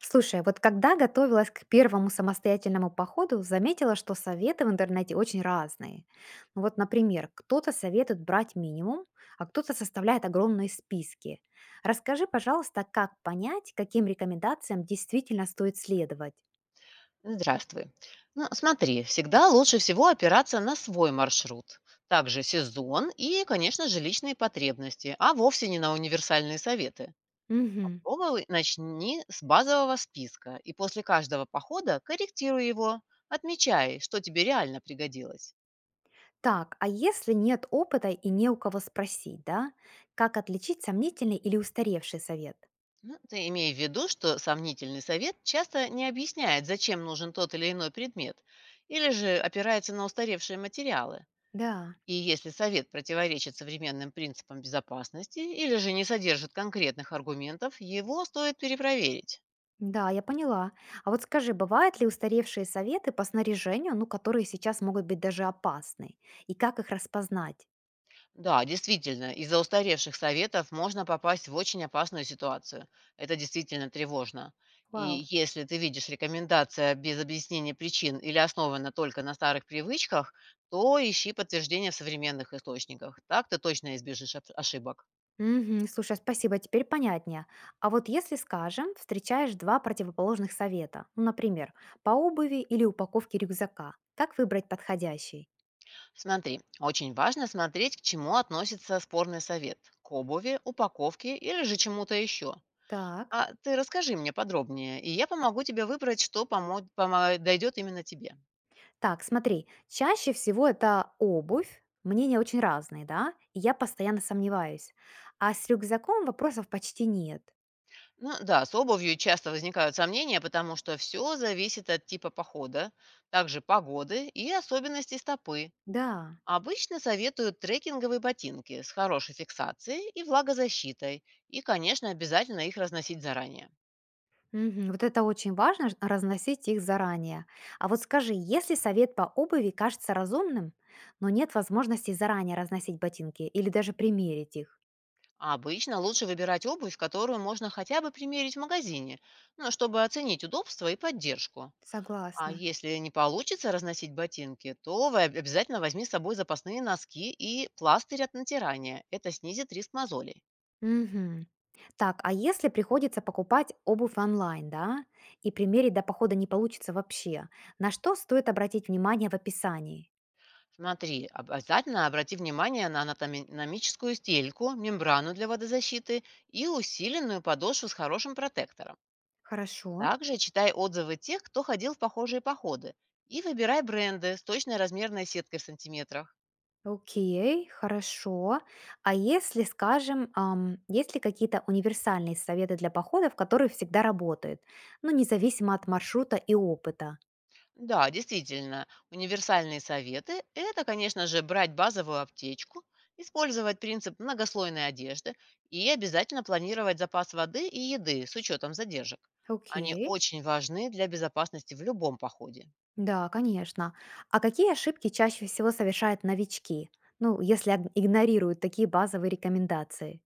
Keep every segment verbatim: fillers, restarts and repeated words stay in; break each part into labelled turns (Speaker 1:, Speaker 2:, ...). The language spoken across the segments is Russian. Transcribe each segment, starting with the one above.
Speaker 1: Слушай, вот когда готовилась к первому самостоятельному походу, заметила, что советы в интернете очень разные. Ну Вот, например, кто-то советует брать минимум, а кто-то составляет огромные списки. Расскажи, пожалуйста, как понять, каким рекомендациям действительно стоит следовать.
Speaker 2: Здравствуй. Ну, смотри, всегда лучше всего опираться на свой маршрут, также сезон и, конечно же, личные потребности, а вовсе не на универсальные советы.
Speaker 1: Мгм.
Speaker 2: Попробуй Начни с базового списка и после каждого похода корректируй его, отмечай, что тебе реально пригодилось.
Speaker 1: Так, а если нет опыта и не у кого спросить, да, как отличить сомнительный или устаревший совет?
Speaker 2: Ну, ты имей в виду, что сомнительный совет часто не объясняет, зачем нужен тот или иной предмет, или же опирается на устаревшие материалы.
Speaker 1: Да.
Speaker 2: И если совет противоречит современным принципам безопасности или же не содержит конкретных аргументов, его стоит перепроверить.
Speaker 1: Да, я поняла. А вот скажи, бывают ли устаревшие советы по снаряжению, ну, которые сейчас могут быть даже опасны? И как их распознать?
Speaker 2: Да, действительно, из-за устаревших советов можно попасть в очень опасную ситуацию. Это действительно тревожно.
Speaker 1: Вау.
Speaker 2: И если ты видишь рекомендация без объяснения причин или основана только на старых привычках, то ищи подтверждение в современных источниках. Так ты точно избежишь об- ошибок.
Speaker 1: Мгм, слушай, спасибо, теперь понятнее. А вот если, скажем, встречаешь два противоположных совета, ну, например, по обуви или упаковке рюкзака, как выбрать подходящий?
Speaker 2: Смотри, очень важно смотреть, к чему относится спорный совет. К обуви, упаковке или же чему-то еще.
Speaker 1: Так.
Speaker 2: А ты расскажи мне подробнее, и я помогу тебе выбрать, что помо- помо- дойдет именно тебе.
Speaker 1: Так, смотри, чаще всего это обувь, мнения очень разные, да, и я постоянно сомневаюсь. А с рюкзаком вопросов почти нет.
Speaker 2: Ну да, с обувью часто возникают сомнения, потому что все зависит от типа похода, также погоды и особенностей стопы.
Speaker 1: Да.
Speaker 2: Обычно советуют трекинговые ботинки с хорошей фиксацией и влагозащитой, и, конечно, обязательно их разносить заранее.
Speaker 1: Мгм. Вот это очень важно, ж- разносить их заранее. А вот скажи, если совет по обуви кажется разумным, но нет возможности заранее разносить ботинки или даже примерить их?
Speaker 2: А обычно лучше выбирать обувь, которую можно хотя бы примерить в магазине, ну, чтобы оценить удобство и поддержку. А
Speaker 1: Согласна.
Speaker 2: если не получится разносить ботинки, то вы об- обязательно возьми с собой запасные носки и пластырь от натирания. Это снизит риск мозолей.
Speaker 1: Мгм. Так, а если приходится покупать обувь онлайн, да, и примерить до похода не получится вообще, на что стоит обратить внимание в описании?
Speaker 2: Смотри, обязательно обрати внимание на анатомическую стельку, мембрану для водозащиты и усиленную подошву с хорошим протектором.
Speaker 1: Хорошо.
Speaker 2: Также читай отзывы тех, кто ходил в похожие походы, и выбирай бренды с точной размерной сеткой в сантиметрах.
Speaker 1: Окей, хорошо. А если, скажем, ам, есть ли какие-то универсальные советы для походов, которые всегда работают, ну, независимо от маршрута и опыта?
Speaker 2: Да, действительно, универсальные советы – это, конечно же, брать базовую аптечку, использовать принцип многослойной одежды и обязательно планировать запас воды и еды с учетом задержек. Они
Speaker 1: Окей.
Speaker 2: очень важны для безопасности в любом походе.
Speaker 1: Да, конечно. А какие ошибки чаще всего совершают новички? Ну, если аг- игнорируют такие базовые рекомендации.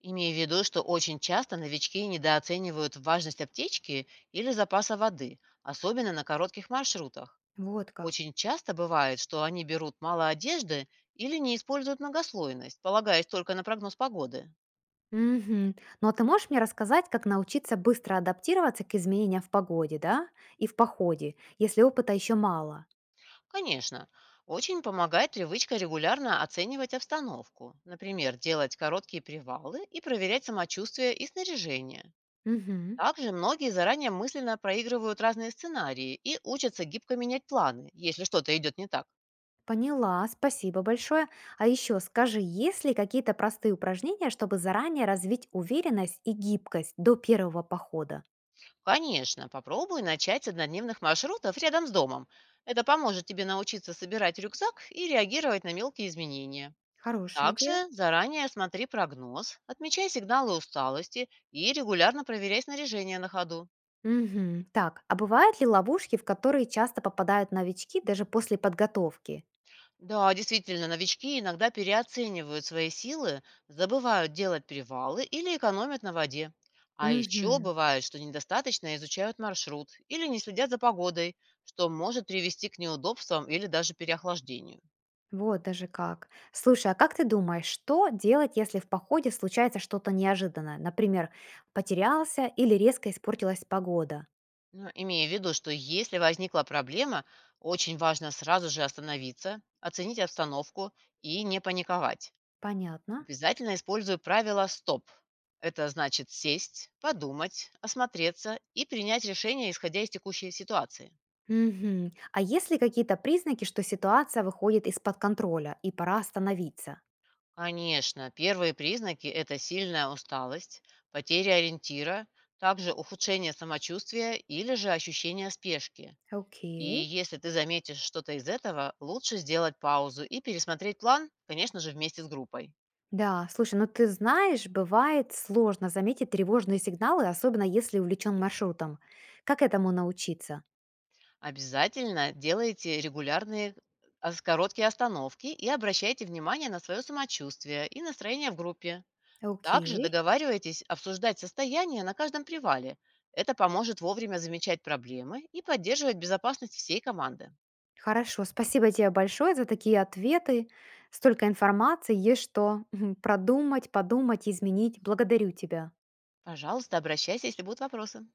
Speaker 2: Имея в виду, что очень часто новички недооценивают важность аптечки или запаса воды, особенно на коротких маршрутах.
Speaker 1: Вот как.
Speaker 2: Очень часто бывает, что они берут мало одежды или не используют многослойность, полагаясь только на прогноз погоды.
Speaker 1: Мгм. Ну, а ты можешь мне рассказать, как научиться быстро адаптироваться к изменениям в погоде, да? И в походе, если опыта еще мало?
Speaker 2: Конечно. Очень помогает привычка регулярно оценивать обстановку. Например, делать короткие привалы и проверять самочувствие и снаряжение.
Speaker 1: Угу.
Speaker 2: Также многие заранее мысленно проигрывают разные сценарии и учатся гибко менять планы, если что-то идет не так.
Speaker 1: Поняла, спасибо большое. А еще скажи, есть ли какие-то простые упражнения, чтобы заранее развить уверенность и гибкость до первого похода?
Speaker 2: Конечно, попробуй начать с однодневных маршрутов рядом с домом. Это поможет тебе научиться собирать рюкзак и реагировать на мелкие изменения.
Speaker 1: Хорошая идея.
Speaker 2: Также заранее смотри прогноз, отмечай сигналы усталости и регулярно проверяй снаряжение на ходу.
Speaker 1: Мгм. Так, а бывают ли ловушки, в которые часто попадают новички даже после подготовки?
Speaker 2: Да, действительно, новички иногда переоценивают свои силы, забывают делать привалы или экономят на воде. А еще
Speaker 1: Угу.
Speaker 2: бывает, что недостаточно изучают маршрут или не следят за погодой, что может привести к неудобствам или даже переохлаждению.
Speaker 1: Вот даже как. Слушай, а как ты думаешь, что делать, если в походе случается что-то неожиданное? Например, потерялся или резко испортилась погода?
Speaker 2: Но имея в виду, что если возникла проблема, очень важно сразу же остановиться, оценить обстановку и не паниковать.
Speaker 1: Понятно.
Speaker 2: Обязательно использую правило «стоп». Это значит сесть, подумать, осмотреться и принять решение, исходя из текущей ситуации.
Speaker 1: Мгм. А есть ли какие-то признаки, что ситуация выходит из-под контроля и пора остановиться?
Speaker 2: Конечно, первые признаки – это сильная усталость, потеря ориентира, также ухудшение самочувствия или же ощущение спешки. И
Speaker 1: Окей.
Speaker 2: если ты заметишь что-то из этого, лучше сделать паузу и пересмотреть план, конечно же, вместе с группой.
Speaker 1: Да, слушай, ну ты знаешь, бывает сложно заметить тревожные сигналы, особенно если увлечен маршрутом. Как этому научиться?
Speaker 2: Обязательно делайте регулярные ос- короткие остановки и обращайте внимание на свое самочувствие и настроение в группе. Также
Speaker 1: Окей.
Speaker 2: договаривайтесь обсуждать состояние на каждом привале. Это поможет вовремя замечать проблемы и поддерживать безопасность всей команды.
Speaker 1: Хорошо, спасибо тебе большое за такие ответы. Столько информации, есть что продумать, подумать, изменить. Благодарю тебя.
Speaker 2: Пожалуйста, обращайся, если будут вопросы.